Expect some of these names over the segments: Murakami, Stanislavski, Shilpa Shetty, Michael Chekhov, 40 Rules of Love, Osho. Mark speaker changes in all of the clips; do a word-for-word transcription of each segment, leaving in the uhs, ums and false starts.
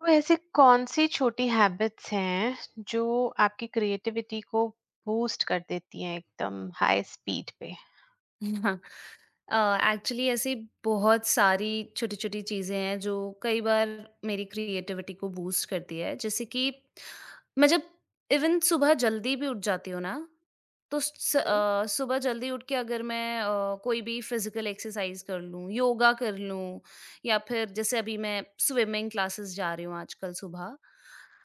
Speaker 1: तो ऐसे कौन सी छोटी हैबिट्स हैं जो आपकी क्रिएटिविटी को बूस्ट कर देती हैं एकदम हाई स्पीड पे।
Speaker 2: हाँ, एक्चुअली ऐसी बहुत सारी छोटी छोटी चीज़ें हैं जो कई बार मेरी क्रिएटिविटी को बूस्ट करती है। जैसे कि मैं जब इवन सुबह जल्दी भी उठ जाती हूँ ना, तो स
Speaker 1: मम्म,
Speaker 2: अ, सुबह जल्दी उठ के अगर मैं अ, कोई भी फिज़िकल एक्सरसाइज़ कर लूँ, योगा कर लूँ या फिर जैसे अभी मैं स्विमिंग क्लासेस जा रही हूँ आजकल सुबह,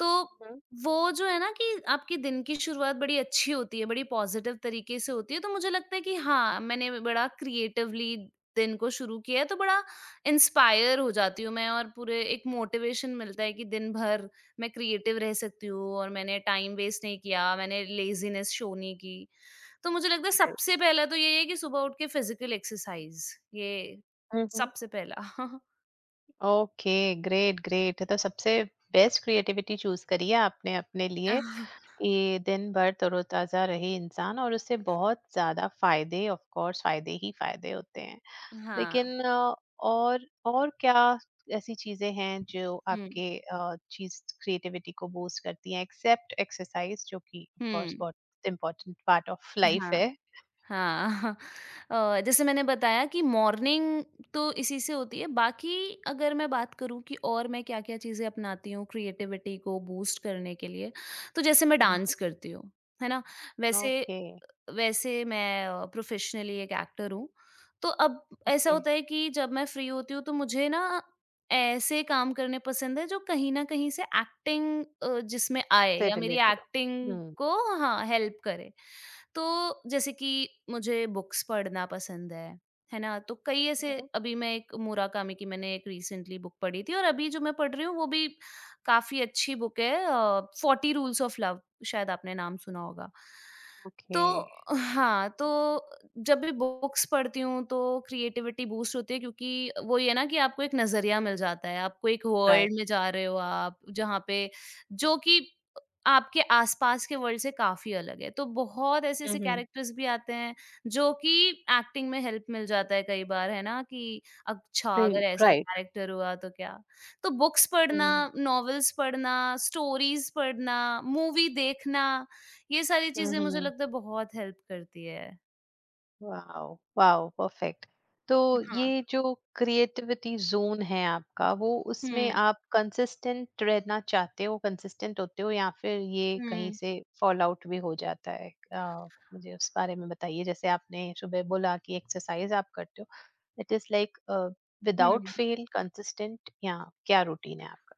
Speaker 2: तो
Speaker 1: मम्म,
Speaker 2: वो जो है ना कि आपके दिन की शुरुआत बड़ी अच्छी होती है, बड़ी पॉज़िटिव तरीके से होती है, तो मुझे लगता है कि हाँ, मैंने बड़ा क्रिएटिवली दिन को शुरू किया है, तो बड़ा इंस्पायर हो जाती हूँ मैं और पूरे एक मोटिवेशन मिलता है कि दिन भर मैं क्रिएटिव रह सकती हूँ और मैंने टाइम वेस्ट नहीं किया, मैंने लेज़ीनेस शो नहीं की। तो मुझे लगता है
Speaker 1: right.
Speaker 2: सबसे पहला तो ये है कि सुबह उठ के फिज़िकल एक्सरसाइज़, ये
Speaker 1: मम्म.
Speaker 2: सबसे पहला।
Speaker 1: Okay, great great. तो सबसे बेस्ट क्रिएटिविटी चूज करी है आपने अपने लिए कि दिन भर तरोताज़ा रहे इंसान, और उससे बहुत ज़्यादा फ़ायदे, ऑफ़ कोर्स फ़ायदे ही फ़ायदे होते हैं।
Speaker 2: हाँ।
Speaker 1: लेकिन अ, और और क्या ऐसी चीज़ें हैं जो
Speaker 2: हुँ,
Speaker 1: आपके अ, चीज़ क्रिएटिविटी को बूस्ट करती हैं, एक्सेप्ट एक्सरसाइज़, जो कि ऑफ़ कोर्स
Speaker 2: हुँ।
Speaker 1: बहुत इम्पोर्टेंट पार्ट ऑफ़ लाइफ़
Speaker 2: हाँ,
Speaker 1: है?
Speaker 2: हाँ। अ, जैसे मैंने बताया कि मॉर्निंग तो इसी से होती है, बाकी अगर मैं बात करूँ कि और मैं क्या-क्या चीज़ें अपनाती हूँ क्रिएटिविटी को बूस्ट करने के लिए, तो जैसे मैं
Speaker 1: हुँ,
Speaker 2: डांस
Speaker 1: हुँ।
Speaker 2: करती हूँ, है ना? वैसे
Speaker 1: ओके,
Speaker 2: वैसे मैं प्रोफेशनली एक एक्टर हूँ। तो अब ऐसा
Speaker 1: ओके
Speaker 2: होता है कि जब मैं फ्री होती हूँ तो मुझे ना ऐसे काम करने पसंद है जो कहीं न कहीं से एक्टिंग अ, जिसमें आए
Speaker 1: से
Speaker 2: या मेरी
Speaker 1: रिलेटेड हो।
Speaker 2: एक्टिंग
Speaker 1: हुँ।
Speaker 2: को हाँ, हेल्प करे। तो जैसे कि मुझे बुक्स पढ़ना पसंद है, है ना? तो कई
Speaker 1: हुँ,
Speaker 2: ऐसे
Speaker 1: हुँ।
Speaker 2: अभी मैं एक मुराकामी की मैंने एक रिसेंटली बुक पढ़ी थी और अभी जो मैं पढ़ रही हूँ वो भी काफ़ी अच्छी बुक है अ, फ़ोर्टी रूल्स ऑफ लव, शायद आपने नाम सुना होगा। तो
Speaker 1: ओके,
Speaker 2: हाँ, तो जब भी बुक्स पढ़ती हूँ तो क्रिएटिविटी बूस्ट होती है क्योंकि वही है ना कि आपको एक नज़रिया मिल जाता है, आपको एक
Speaker 1: राइट।
Speaker 2: वर्ल्ड में जा रहे हो आप, जहाँ पे जो कि आपके आसपास के वर्ल्ड से काफ़ी अलग है। तो बहुत
Speaker 1: हुँ,
Speaker 2: ऐसे-ऐसे
Speaker 1: हुँ।
Speaker 2: कैरेक्टर्स भी आते हैं जो कि एक्टिंग में हेल्प मिल जाता है कई बार, है ना? कि अच्छा
Speaker 1: रि
Speaker 2: अगर ऐसा
Speaker 1: राइट।
Speaker 2: कैरेक्टर हुआ तो क्या? तो बुक्स पढ़ना,
Speaker 1: हुँ,
Speaker 2: नॉवेल्स पढ़ना, स्टोरीज़ पढ़ना, मूवी देखना, ये सारी
Speaker 1: हुँ,
Speaker 2: चीज़ें मुझे लगता
Speaker 1: हुँ।
Speaker 2: है बहुत हेल्प करती है।
Speaker 1: Wow wow, perfect. तो
Speaker 2: हाँ।
Speaker 1: ये जो क्रिएटिविटी जोन है आपका, वो उसमें
Speaker 2: हुँ,
Speaker 1: आप कंसिस्टेंट रहना चाहते हो, कंसिस्टेंट होते हो, या फिर ये कहीं
Speaker 2: हुँ,
Speaker 1: से फॉल आउट भी हो जाता है? आ, मुझे उस बारे में बताइए। जैसे आपने सुबह बोला कि एक्सरसाइज आप करते हो, it is like
Speaker 2: hmm.
Speaker 1: Without fail consistent, या क्या रूटीन है आपका?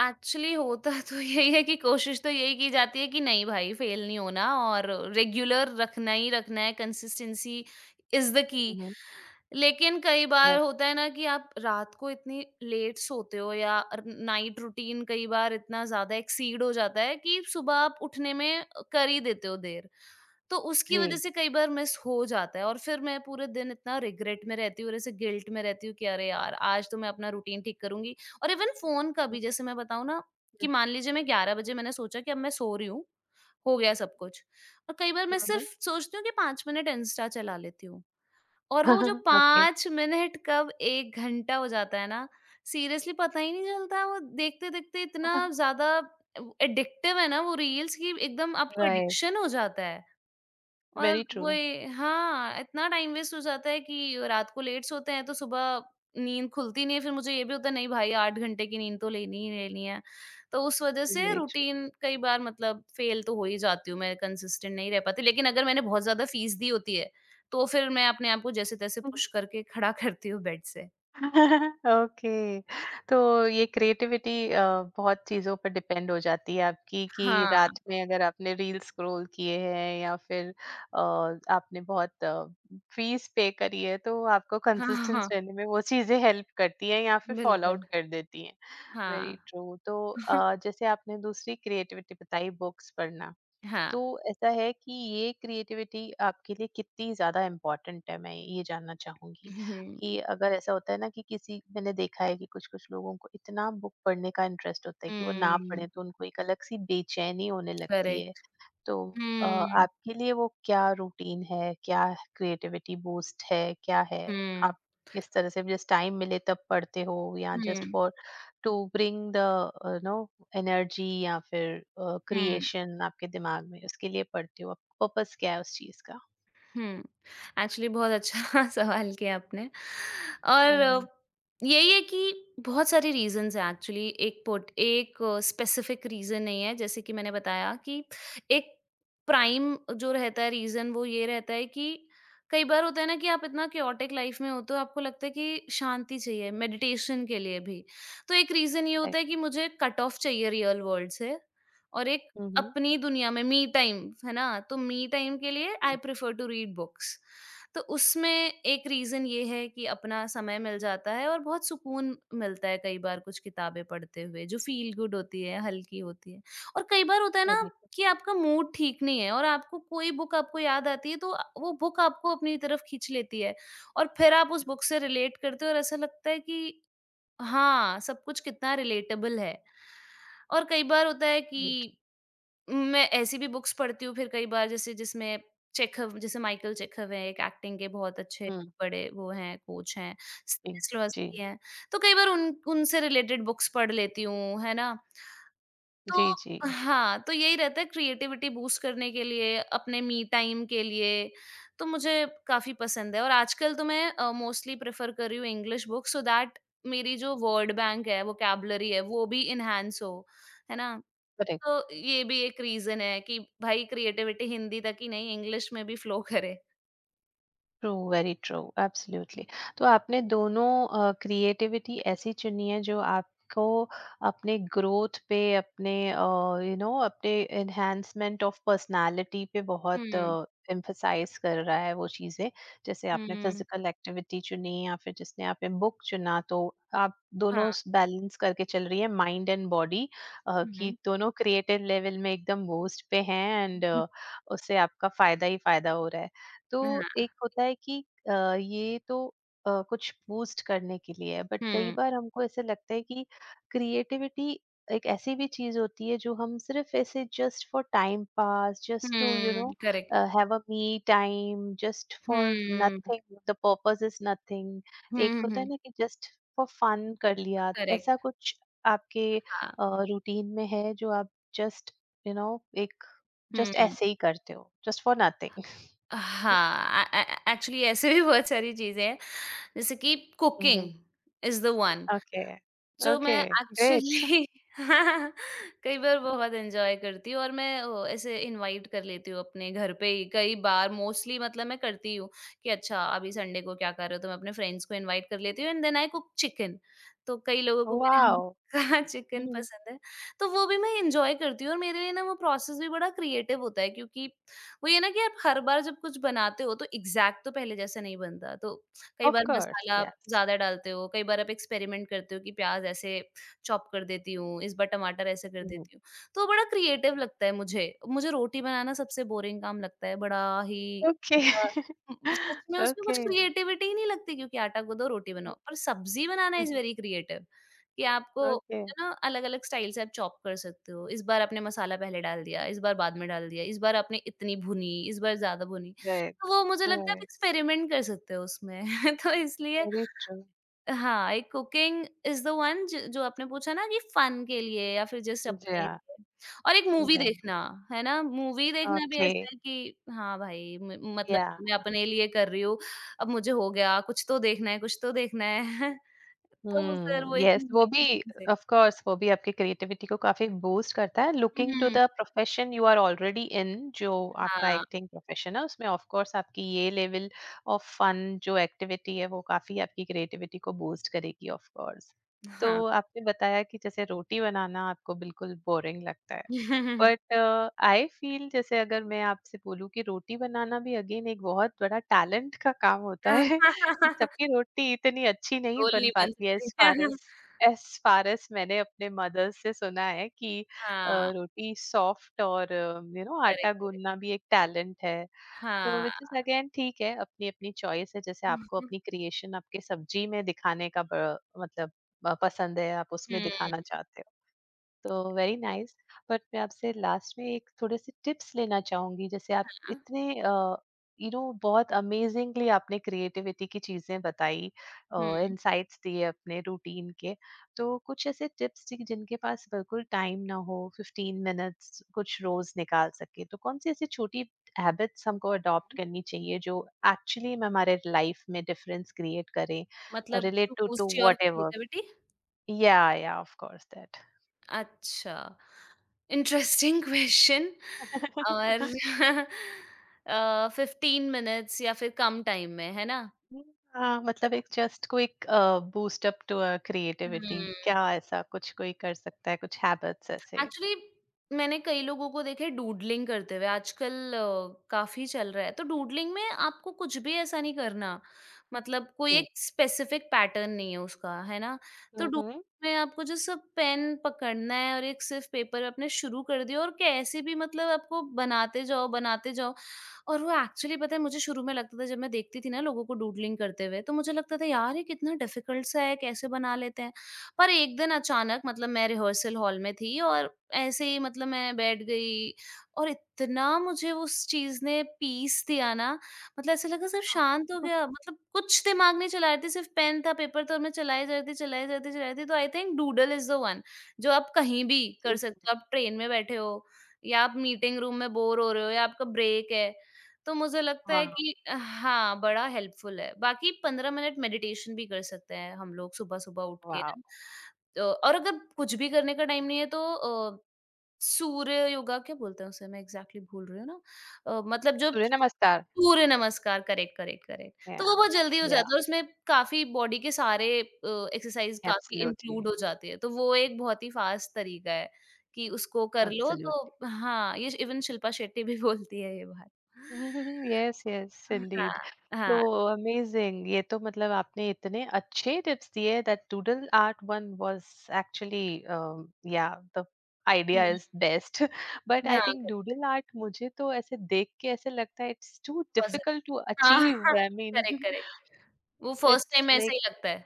Speaker 2: एक्चुअली होता तो यही है कि कोशिश तो यही की जाती है कि नहीं भाई फेल नहीं होना और रेगुलर रखना ही रखना है, कंसिस्टेंसी इज़ द की।
Speaker 1: हम्म,
Speaker 2: लेकिन कई बार
Speaker 1: yes,
Speaker 2: होता है ना कि आप रात को इतनी लेट सोते हो या र नाइट रूटीन कई बार इतना ज़्यादा एक्सीड हो जाता है कि सुबह आप उठने में अ, कर ही देते हो देर। तो उसकी वजह
Speaker 1: जी।
Speaker 2: से कई बार मिस हो जाता है और फिर मैं पूरे दिन इतना रिग्रेट में रहती हूँ और ऐसे गिल्ट में रहती हूँ कि अरे यार आज तो मैं अपना रूटीन ठीक करूंगी। और इवन फोन का भी जैसे मैं बताऊँ ना कि मान लीजिए मैं ग्यारह बजे मैंने सोचा कि अब मैं सो रही हूँ, हो गया सब कुछ। और कई बार मैं सिर्फ सोचती हूँ कि पांच मिनट इंस्टा चला लेती हूँ और वो जो
Speaker 1: ओके,
Speaker 2: पांच मिनट कब एक घंटा हो जाता है ना, सीरियसली पता ही नहीं चलता, वो देखते देखते इतना ज्यादा एडिक्टिव है ना, वो रील्स की एकदम आपको
Speaker 1: राइट।
Speaker 2: एडिक्शन हो जाता है। और
Speaker 1: वेरी ट्रू,
Speaker 2: वही हाँ, इतना टाइम वेस्ट हो जाता है कि रात को लेट सोते हैं तो सुबह नींद खुलती नहीं है, फिर मुझे ये भी होता है नहीं भाई आठ घंटे की नींद तो लेनी ही लेनी है। तो उस वज़ह से
Speaker 1: वेरी ट्रू।
Speaker 2: रूटीन कई बार मतलब फ़ेल तो हो ही जाती हूँ, मैं कंसिस्टेंट नहीं रह पाती। लेकिन अगर मैंने बहुत ज़्यादा फ़ीस दी होती है, तो फिर मैं अपने आप को जैसे-तैसे पुश करके खड़ा करती हूँ बेड से।
Speaker 1: ओके। तो ये क्रिएटिविटी अ, बहुत चीज़ों पर डिपेंड हो जाती है आपकी, कि
Speaker 2: हाँ।
Speaker 1: रात में अगर आपने रील स्क्रॉल किए हैं या फिर अ, आपने बहुत फीस पे करी है, तो आपको
Speaker 2: हाँ, हाँ,
Speaker 1: कंसिस्टेंस
Speaker 2: हाँ।
Speaker 1: रहने में वो चीज़ें हेल्प करती हैं या फिर फॉल
Speaker 2: बिल्कुल।
Speaker 1: आउट कर देती हैं। वेरी
Speaker 2: हाँ।
Speaker 1: ट्रू। तो अ, जैसे आपने दूसरी क्रिएटिविटी बताई, बुक्स पढ़ना,
Speaker 2: हाँ।
Speaker 1: तो ऐसा है कि ये क्रिएटिविटी आपके लिए कितनी ज़्यादा इम्पोर्टेंट है, मैं ये जानना चाहूँगी।
Speaker 2: हुँ, हुँ।
Speaker 1: कि अगर ऐसा होता है ना कि किसी, मैंने देखा है कि कुछ कुछ लोगों को इतना बुक पढ़ने का इंटरेस्ट होता है कि वो ना
Speaker 2: हुँ,
Speaker 1: पढ़े तो उनको एक अलग सी बेचैनी होने लगती है।
Speaker 2: करेक्ट।
Speaker 1: तो अ,
Speaker 2: हुँ,
Speaker 1: आपके लिए वो क्या रूटीन है? क्या क्रिएटिविटी बूस्ट है? क्या है?
Speaker 2: हुँ,
Speaker 1: आप किस तरह से, जस्ट टाइम मिले तब पढ़ते हो, या
Speaker 2: hmm,
Speaker 1: just for to bring the, you know, energy, या फिर
Speaker 2: हुँ।
Speaker 1: क्रिएशन आपके दिमाग में, उसके लिए पढ़ते हो आप? पर्पस क्या है उस चीज का?
Speaker 2: हुँ। एक्चुअली बहुत अच्छा सवाल किया आपने और अ,
Speaker 1: हम्म।
Speaker 2: यही है कि बहुत सारे रीज़न्स हैं एक्चुअली एक पोट एक स्पेसिफ़िक रीज़न नहीं है, जैसे कि मैंने बताया कि एक प्राइम जो रहता है रीज़न वो ये रहता है कि कई बार होता है ना कि आप इतना कैओटिक लाइफ़ में होते हो, तो आपको लगता है कि शांति चाहिए मेडिटेशन के लिए भी। तो एक रीज़न ये
Speaker 1: राइट।
Speaker 2: होता है कि मुझे कट ऑफ चाहिए रियल वर्ल्ड से और एक
Speaker 1: हम्म।
Speaker 2: अपनी दुनिया में मी टाइम, है ना? तो मी टाइम के लिए I
Speaker 1: hmm,
Speaker 2: prefer to read books. तो उसमें एक रीज़न ये है कि अपना समय मिल जाता है और बहुत सुकून मिलता है कई बार कुछ किताबें पढ़ते हुए, जो फ़ील गुड होती है, हल्की होती है। और कई बार होता है ना
Speaker 1: correct,
Speaker 2: कि आपका मूड ठीक नहीं है और आपको कोई बुक आपको याद आती है, तो अ, वो बुक आपको अपनी तरफ खींच लेती है और फिर आप उस बुक से रिलेट करते हो और ऐसा लगता है कि हाँ, सब कुछ कितना रिलेटेबल है। और कई बार होता है
Speaker 1: right,
Speaker 2: कि मैं ऐसी भी बुक्स पढ़ती हूँ फिर कई बार जैसे जिसमें चेखव जैसे माइकल चेखव हैं एक एक्टिंग के बहुत अच्छे
Speaker 1: हम्म,
Speaker 2: बड़े वो हैं कोच हैं,
Speaker 1: जी। जी।
Speaker 2: स्टेनिस्लॉवस्की हैं। तो कई बार उन उनसे रिलेटेड बुक्स पढ़ लेती हूँ, है ना?
Speaker 1: जी।
Speaker 2: तो हाँ, तो यही रहता है क्रिएटिविटी बूस्ट करने के लिए, अपने मी टाइम के लिए, तो मुझे काफ़ी पसंद है और आजकल तो मैं अ, मोस्टली प्रेफ़र कर रही हूँ इंग्लिश बुक्स सो दैट मेरी जो वर्ड बैंक है, वोकैब्युलरी है, वो भी एनहांस हो, है ना?
Speaker 1: जी।
Speaker 2: तो ये भी एक रीज़न है कि भाई क्रिएटिविटी हिंदी तक ही नहीं इंग्लिश में भी फ्लो करे।
Speaker 1: True, very true, absolutely. तो आपने दोनों क्रिएटिविटी ऐसी चुनी है जो आपको अपने ग्रोथ पे, अपने यू नो, अपने एनहांसमेंट ऑफ पर्सनालिटी पे बहुत
Speaker 2: हुँ,
Speaker 1: एम्फसाइज कर रहा है वो चीज़ें। जैसे आपने
Speaker 2: हुँ।
Speaker 1: फिजिकल एक्टिविटी चुनी, या फिर जिसने आपने बुक चुना, तो आप दोनों
Speaker 2: हाँ।
Speaker 1: बैलेंस करके चल रही है, माइंड एंड बॉडी, कि
Speaker 2: हुँ।
Speaker 1: दोनों क्रिएटिव लेवल में एकदम बूस्ट पे हैं, एंड उससे आपका फायदा ही फायदा हो रहा है। तो
Speaker 2: हाँ।
Speaker 1: एक होता है कि अ, ये तो अ, कुछ बूस्ट करने के लिए है, बट कई
Speaker 2: हुँ,
Speaker 1: बार हमको ऐसे लगता है कि क्रिएटिविटी एक ऐसी भी चीज होती है जो हम सिर्फ ऐसे just for time pass, just to you know,
Speaker 2: hmm. Correct.
Speaker 1: Have a me time, just for
Speaker 2: hmm.
Speaker 1: Nothing, the purpose is nothing.
Speaker 2: Hmm,
Speaker 1: एक
Speaker 2: हुँ,
Speaker 1: होता है
Speaker 2: हुँ।
Speaker 1: ना कि जस्ट फॉर फन कर लिया, तो
Speaker 2: करेक्ट,
Speaker 1: ऐसा कुछ आपके
Speaker 2: हाँ।
Speaker 1: रूटीन में है जो आप जस्ट, यू नो, एक जस्ट
Speaker 2: हुँ।
Speaker 1: ऐसे ही करते हो, जस्ट फॉर नथिंग?
Speaker 2: हाँ, ए ए एक्चुअली ऐसे भी बहुत सारी चीज़ें हैं, जैसे कि cooking is the one
Speaker 1: Okay.
Speaker 2: जो मैं
Speaker 1: Okay, great.
Speaker 2: एक्चुअली हाँ, कई बार बहुत एन्जॉय करती हूँ और मैं ओ, ऐसे इनवाइट कर लेती हूँ अपने घर पे ही कई बार मोस्टली मतलब मैं करती हूँ कि अच्छा अभी संडे को क्या कर रहे हो तो मैं अपने फ्रेंड्स को इनवाइट कर लेती हूँ and then I cook chicken. तो कई लोगों को मेरे
Speaker 1: Wow.
Speaker 2: Chicken
Speaker 1: Mhm.
Speaker 2: पसंद है तो वो भी मैं एंजॉय करती हूँ और मेरे लिए ना वो प्रोसेस भी बड़ा क्रिएटिव होता है क्योंकि वो ये ना कि आप हर बार जब कुछ बनाते हो तो एग्जैक्ट तो पहले जैसा नहीं बनता। तो कई
Speaker 1: Of
Speaker 2: बार
Speaker 1: course,
Speaker 2: मसाला आप
Speaker 1: yes.
Speaker 2: ज़्यादा डालते हो, कई बार आप एक्सपेरिमेंट करते हो कि प्याज़ ऐसे चॉप कर देती हूँ, इस बार टमाटर ऐसे कर
Speaker 1: Mhm.
Speaker 2: देती हूँ। तो बड़ा क्रिएटिव लगता है मुझे। मुझे रोटी बनाना सबसे बोरिंग काम लगता है, बड़ा ही
Speaker 1: Okay.
Speaker 2: ऐसा उम, सच में उसमें कुछ
Speaker 1: Okay.
Speaker 2: क्रिएटिविटी ही नहीं लगती क्योंकि आटा गूँदो, रोटी बनाओ। पर सब्ज़ी बनाना
Speaker 1: Mhm.
Speaker 2: इज़ वेरी क्रिएटिव कि आपको
Speaker 1: Okay,
Speaker 2: है ना अलग-अलग स्टाइल से आप चॉप कर सकते हो। इस बार आपने मसाला पहले डाल दिया, इस बार बाद में डाल दिया, इस बार आपने इतनी भुनी, इस बार ज़्यादा भुनी।
Speaker 1: right.
Speaker 2: तो वो मुझे लगता है आप
Speaker 1: Right.
Speaker 2: एक्सपेरिमेंट कर सकते हो उसमें तो इसलिए
Speaker 1: Very true.
Speaker 2: हाँ, एक कुकिंग इज़ द वन ज जो आपने पूछा ना कि फन के लिए या फिर जस्ट अपने
Speaker 1: Yeah,
Speaker 2: लिए और एक मूवी
Speaker 1: yeah.
Speaker 2: देखना, है ना? मूवी देखना भी ऐसा
Speaker 1: Okay,
Speaker 2: है कि हाँ भाई, म मतलब
Speaker 1: yeah.
Speaker 2: मैं अपने लिए कर रही हूँ, अब मुझे हो गया, कुछ तो देखना है कुछ तो देखना है। तो फिर
Speaker 1: हुँ,
Speaker 2: वो एक
Speaker 1: यस। वो
Speaker 2: मूवी भी
Speaker 1: भी,
Speaker 2: उसमें से।
Speaker 1: ऑफ़ कोर्स वो भी आपकी क्रिएटिविटी को काफ़ी बूस्ट करता है। Looking to
Speaker 2: hmm,
Speaker 1: the profession you are already in, जो आपका
Speaker 2: हाँ,
Speaker 1: एक्टिंग प्रोफ़ेशन है, उसमें ऑफ़ कोर्स आपकी ये लेवल ऑफ़ फन जो एक्टिविटी है, वो काफ़ी आपकी क्रिएटिविटी को बूस्ट करेगी, ऑफ़ कोर्स।
Speaker 2: हाँ।
Speaker 1: तो आपने बताया कि जैसे रोटी बनाना आपको बिल्कुल बोरिंग लगता है। बट आई फ़ील, जैसे अगर मैं आपसे बोलूँ कि रोटी बनाना भी अगेन एक बहुत बड़ा टैलेंट का काम होता है। सबकी रोटी इतनी अच्छी नहीं
Speaker 2: गोल नहीं
Speaker 1: बन
Speaker 2: बन
Speaker 1: पाती है
Speaker 2: सकती।
Speaker 1: As far as as far as मैंने अपने मदर से सुना है कि अ,
Speaker 2: हाँ,
Speaker 1: रोटी सॉफ्ट और यू नो
Speaker 2: करेक्ट,
Speaker 1: आटा
Speaker 2: करेक्ट।
Speaker 1: गूँथना भी एक टैलेंट है। तो
Speaker 2: हाँ।
Speaker 1: व्हिच इज़ अगेन ठीक है, अपनी-अपनी चॉइस है। जैसे
Speaker 2: हुँ,
Speaker 1: आपको
Speaker 2: हुँ।
Speaker 1: अपनी क्रिएशन आपके सब्जी में दिखाने का ब मतलब अ, पसंद है, आप उसमें
Speaker 2: हुँ,
Speaker 1: दिखाना चाहते हो। तो वेरी नाइस। बट मैं आपसे लास्ट में एक थोड़े से टिप्स लेना चाहूंगी। जैसे आप
Speaker 2: हाँ,
Speaker 1: इतने, यू नो, बहुत अमेजिंगली आपने क्रिएटिविटी की चीजें बताई,
Speaker 2: हुँ,
Speaker 1: इनसाइट्स दिए अपने रूटीन के, तो कुछ ऐसे टिप्स जिनके पास बिल्कुल टाइम ना हो, फिफ्टीन मिनट्स कुछ रोज निकाल सके, तो कौन सी ऐसी छोटी हैबिट्स हमको अडॉप्ट करनी चाहिए जो एक्चुअली में हमारे लाइफ में डिफरेंस क्रिएट करें?
Speaker 2: मतलब to
Speaker 1: relate to to
Speaker 2: boost your
Speaker 1: whatever,
Speaker 2: creativity?
Speaker 1: या या ऑफ कोर्स दैट।
Speaker 2: अच्छा, इंटरेस्टिंग क्वेश्चन, और अ, फ़िफ़्टीन मिनट्स या फिर कम टाइम में, है ना?
Speaker 1: हाँ, मतलब एक just quick boost up to a creativity.
Speaker 2: Hmm.
Speaker 1: क्या ऐसा कुछ कोई कर सकता है, कुछ हैबिट्स ऐसे?
Speaker 2: एक्चुअली मैंने कई लोगों को देखा है डूडलिंग करते हुए आजकल, अ, काफी चल रहा है, तो डूडलिंग में आपको कुछ भी ऐसा नहीं करना, मतलब कोई
Speaker 1: Mm.
Speaker 2: एक स्पेसिफिक पैटर्न नहीं है उसका, है ना? तो डूडलिंग
Speaker 1: Mhm.
Speaker 2: में आपको जो सब पेन पकड़ना है और एक सिर्फ पेपर आपने शुरू कर दिया और कैसे भी मतलब आपको बनाते जाओ बनाते जाओ। और वो एक्चुअली पता है मुझे शुरू में लगता था जब मैं देखती थी ना लोगों को डूडलिंग करते हुए तो मुझे लगता था यार ये कितना डिफिकल्ट सा है, कैसे बना लेते हैं। पर एक दिन अचानक मतलब मैं रिहर्सल हॉल में थी और ऐसे ही मतलब मैं बैठ गई और इतना मुझे उस चीज़ ने पीस दिया ना, मतलब ऐसा लगा सब शांत हो गया, मतलब कुछ दिमाग नहीं चला रही थी, सिर्फ पेन था पेपर था और मैं चलाए जा रही थी चलाए जा रही थी चलाए जा रही थी। तो I think doodle is the one जो आप कहीं भी कर
Speaker 1: Mm.
Speaker 2: सकते हो, आप ट्रेन में बैठे हो या आप मीटिंग रूम में बोर हो रहे हो या आपका ब्रेक है, तो मुझे लगता है
Speaker 1: वाह,
Speaker 2: कि हाँ, बड़ा हेल्पफुल है। बाकी पंद्रह मिनट मेडिटेशन भी कर सकते हैं हम लोग सुबह-सुबह उठ के
Speaker 1: वाह।
Speaker 2: ना। तो और अगर कुछ भी करने का टाइम नहीं है तो अ, सूर्य योगा क्या बोलते हैं उसे? मैं एग्ज़ैक्टली भूल रही हूँ ना। अ, मतलब जो
Speaker 1: सूर्य नमस्कार।
Speaker 2: सूर्य नमस्कार, करेक्ट, करेक्ट, करेक्ट।
Speaker 1: या,
Speaker 2: तो वो बहुत जल्दी हो जाता
Speaker 1: या।
Speaker 2: है और उसमें काफ़ी बॉडी के सारे अ, एक्सरसाइज़ काफ़ी
Speaker 1: एब्सोल्युटली।
Speaker 2: इंक्लूड हो जाती है। तो वो एक बहुत ही फास्ट तरीका है कि उसको कर लो
Speaker 1: एब्सोल्युटली।
Speaker 2: तो हाँ, ये इवन शिल्पा शेट्टी भी बोलती है ये बात।
Speaker 1: Hmm, yes yes, indeed.
Speaker 2: हाँ,
Speaker 1: तो
Speaker 2: हाँ।
Speaker 1: अमेजिंग, ये तो, मतलब आपने इतने अच्छे टिप्स दिए। That doodle art one was actually, या the idea
Speaker 2: hmm.
Speaker 1: Is best. But
Speaker 2: हाँ,
Speaker 1: I think
Speaker 2: correct,
Speaker 1: doodle art, मुझे तो ऐसे देख के ऐसे लगता है it's too
Speaker 2: puzzle.
Speaker 1: Difficult to
Speaker 2: हाँ,
Speaker 1: अचीव,
Speaker 2: हाँ,
Speaker 1: आई मीन,
Speaker 2: करेक्ट, करेक्ट। वो फर्स्ट
Speaker 1: इट्स
Speaker 2: टाइम ऐसा
Speaker 1: लाइक,
Speaker 2: ही लगता है।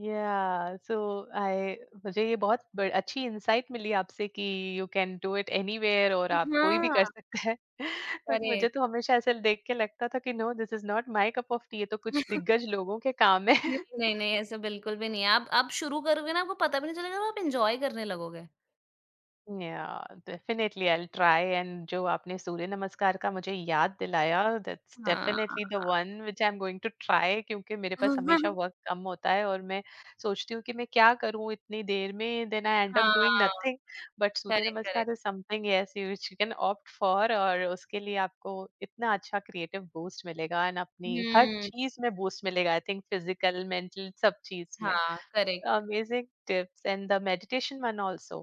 Speaker 1: या सो आई, मुझे ये बहुत ब- अच्छी इंसाइट मिली आपसे कि you can do it anywhere, और आप कोई भी कर
Speaker 2: हाँ,
Speaker 1: सकता है। बट मुझे
Speaker 2: करेक्ट।
Speaker 1: तो हमेशा ऐसे देख के लगता था कि no, this is not my cup of tea, ये तो कुछ दिग्गज लोगों के काम है।
Speaker 2: नहीं, नहीं, नहीं, ऐसा बिल्कुल भी नहीं है। आप आप शुरू करोगे ना आपको पता भी नहीं चलेगा और आप एन्जॉय करने लगोगे।
Speaker 1: Yeah, definitely I will try. And जो आपने सूर्य नमस्कार का मुझे याद दिलाया, दैट्स
Speaker 2: हाँ।
Speaker 1: Definitely the one which I am going to try, क्योंकि मेरे पास हमेशा वर्क कम होता है, और मैं सोचती हूँ कि मैं क्या करूँ इतनी देर में, then I end up doing
Speaker 2: हाँ,
Speaker 1: nothing. But Surya
Speaker 2: correct,
Speaker 1: namaskar is
Speaker 2: correct.
Speaker 1: Something, yes, which you can opt for, और उसके लिए आपको इतना अच्छा क्रिएटिव बूस्ट मिलेगा एंड अपनी हर
Speaker 2: हुँ,
Speaker 1: चीज में बूस्ट मिलेगा, आई थिंक, फिजिकल, मेंटल, सब चीज में।
Speaker 2: हाँ, correct.
Speaker 1: Amazing tips. And the meditation one also,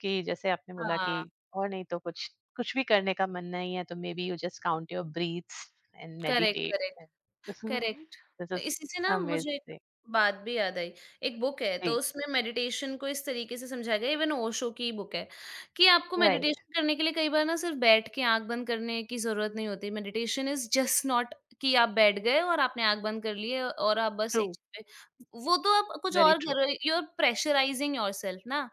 Speaker 1: कि जैसे आपने बोला कि
Speaker 2: हाँ,
Speaker 1: और नहीं तो कुछ, कुछ भी करने का मन नहीं है तो maybe you just count your breaths and
Speaker 2: correct,
Speaker 1: meditate.
Speaker 2: Correct. Correct.
Speaker 1: This is
Speaker 2: इसी से ना मुझे एक
Speaker 1: अमेजिंग।
Speaker 2: बात भी याद आई। एक बुक है तो
Speaker 1: जी।
Speaker 2: उसमें मेडिटेशन को इस तरीके से समझाया गया है, इवन ओशो की बुक है, कि आपको
Speaker 1: राइट।
Speaker 2: मेडिटेशन करने के लिए कई बार ना सिर्फ़ बैठ के आँख बंद करने की ज़रूरत नहीं होती। मेडिटेशन इज़ जस्ट नॉट कि आप बैठ गए और आपने आँख बंद कर ली है और आप बस
Speaker 1: ट्रू,
Speaker 2: एक चीज़ पे, वो तो आप कुछ
Speaker 1: वेरी
Speaker 2: और कर
Speaker 1: ट्रू।
Speaker 2: रहे हो, यू आर प्रेशराइज़िंग योरसेल्फ ना।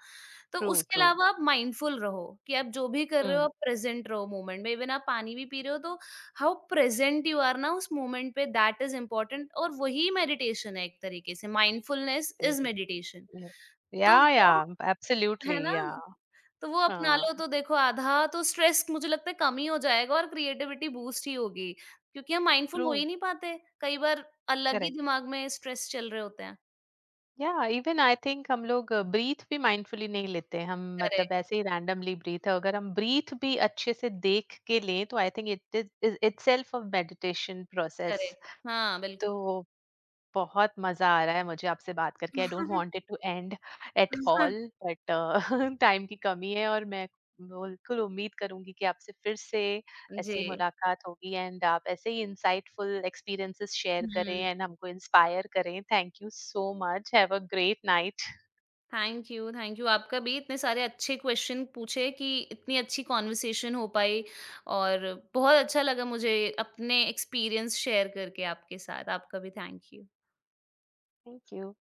Speaker 2: तो
Speaker 1: ट्रू,
Speaker 2: उसके
Speaker 1: ट्रू।
Speaker 2: अलावा आप माइंडफुल रहो कि आप जो भी कर रहे हो
Speaker 1: हम्म।
Speaker 2: आप प्रेज़ेंट रहो मोमेंट में। इवन आप पानी भी पी रहे हो तो हाउ प्रेजेंट यू आर ना उस मोमेंट पे, दैट इज इम्पोर्टेंट, और वही मेडिटेशन है एक तरीके से, माइंडफुलनेस इज मेडिटेशन।
Speaker 1: या,
Speaker 2: तो
Speaker 1: या।
Speaker 2: वो है
Speaker 1: एब्सोल्युटली,
Speaker 2: ना,
Speaker 1: या।
Speaker 2: तो वो अपना लो
Speaker 1: हाँ।
Speaker 2: तो देखो, आधा तो स्ट्रेस मुझे लगता है कम ही हो जाएगा और क्रिएटिविटी बूस्ट ही होगी क्योंकि हम माइंडफुल
Speaker 1: ट्रू।
Speaker 2: हो ही नहीं पाते कई बार, अलग ही दिमाग में स्ट्रेस चल रहे होते हैं।
Speaker 1: या, इवन आई थिंक हम लोग ब्रीथ भी माइंडफुली नहीं लेते हैं। हम मतलब
Speaker 2: करेक्ट,
Speaker 1: ऐसे ही रैंडमली ब्रीथ है, अगर हम ब्रीथ भी अच्छे से देख के लें तो I think it is itself a meditation process.
Speaker 2: Correct, हाँ बिल्कुल।
Speaker 1: तो बहुत मजा आ रहा है मुझे आपसे बात करके, I don't want it to end at all. But time की कमी है, और मैं बिल्कुल उम्मीद करूंगी कि आपसे फिर से
Speaker 2: जी।
Speaker 1: ऐसी मुलाकात होगी, एंड आप ऐसे ही इंसाइटफुल एक्सपीरियंसेस शेयर करें एंड हमको इंस्पायर करें। Thank you so much, have a great night.
Speaker 2: Thank you, thank you. आपका भी इतने सारे अच्छे क्वेश्चन पूछे कि इतनी अच्छी कॉन्वर्सेशन हो पाई और बहुत अच्छा लगा मुझे अपने एक्सपीरियंस शेयर करके आपके साथ। आपका भी थैंक यू।
Speaker 1: Thank you.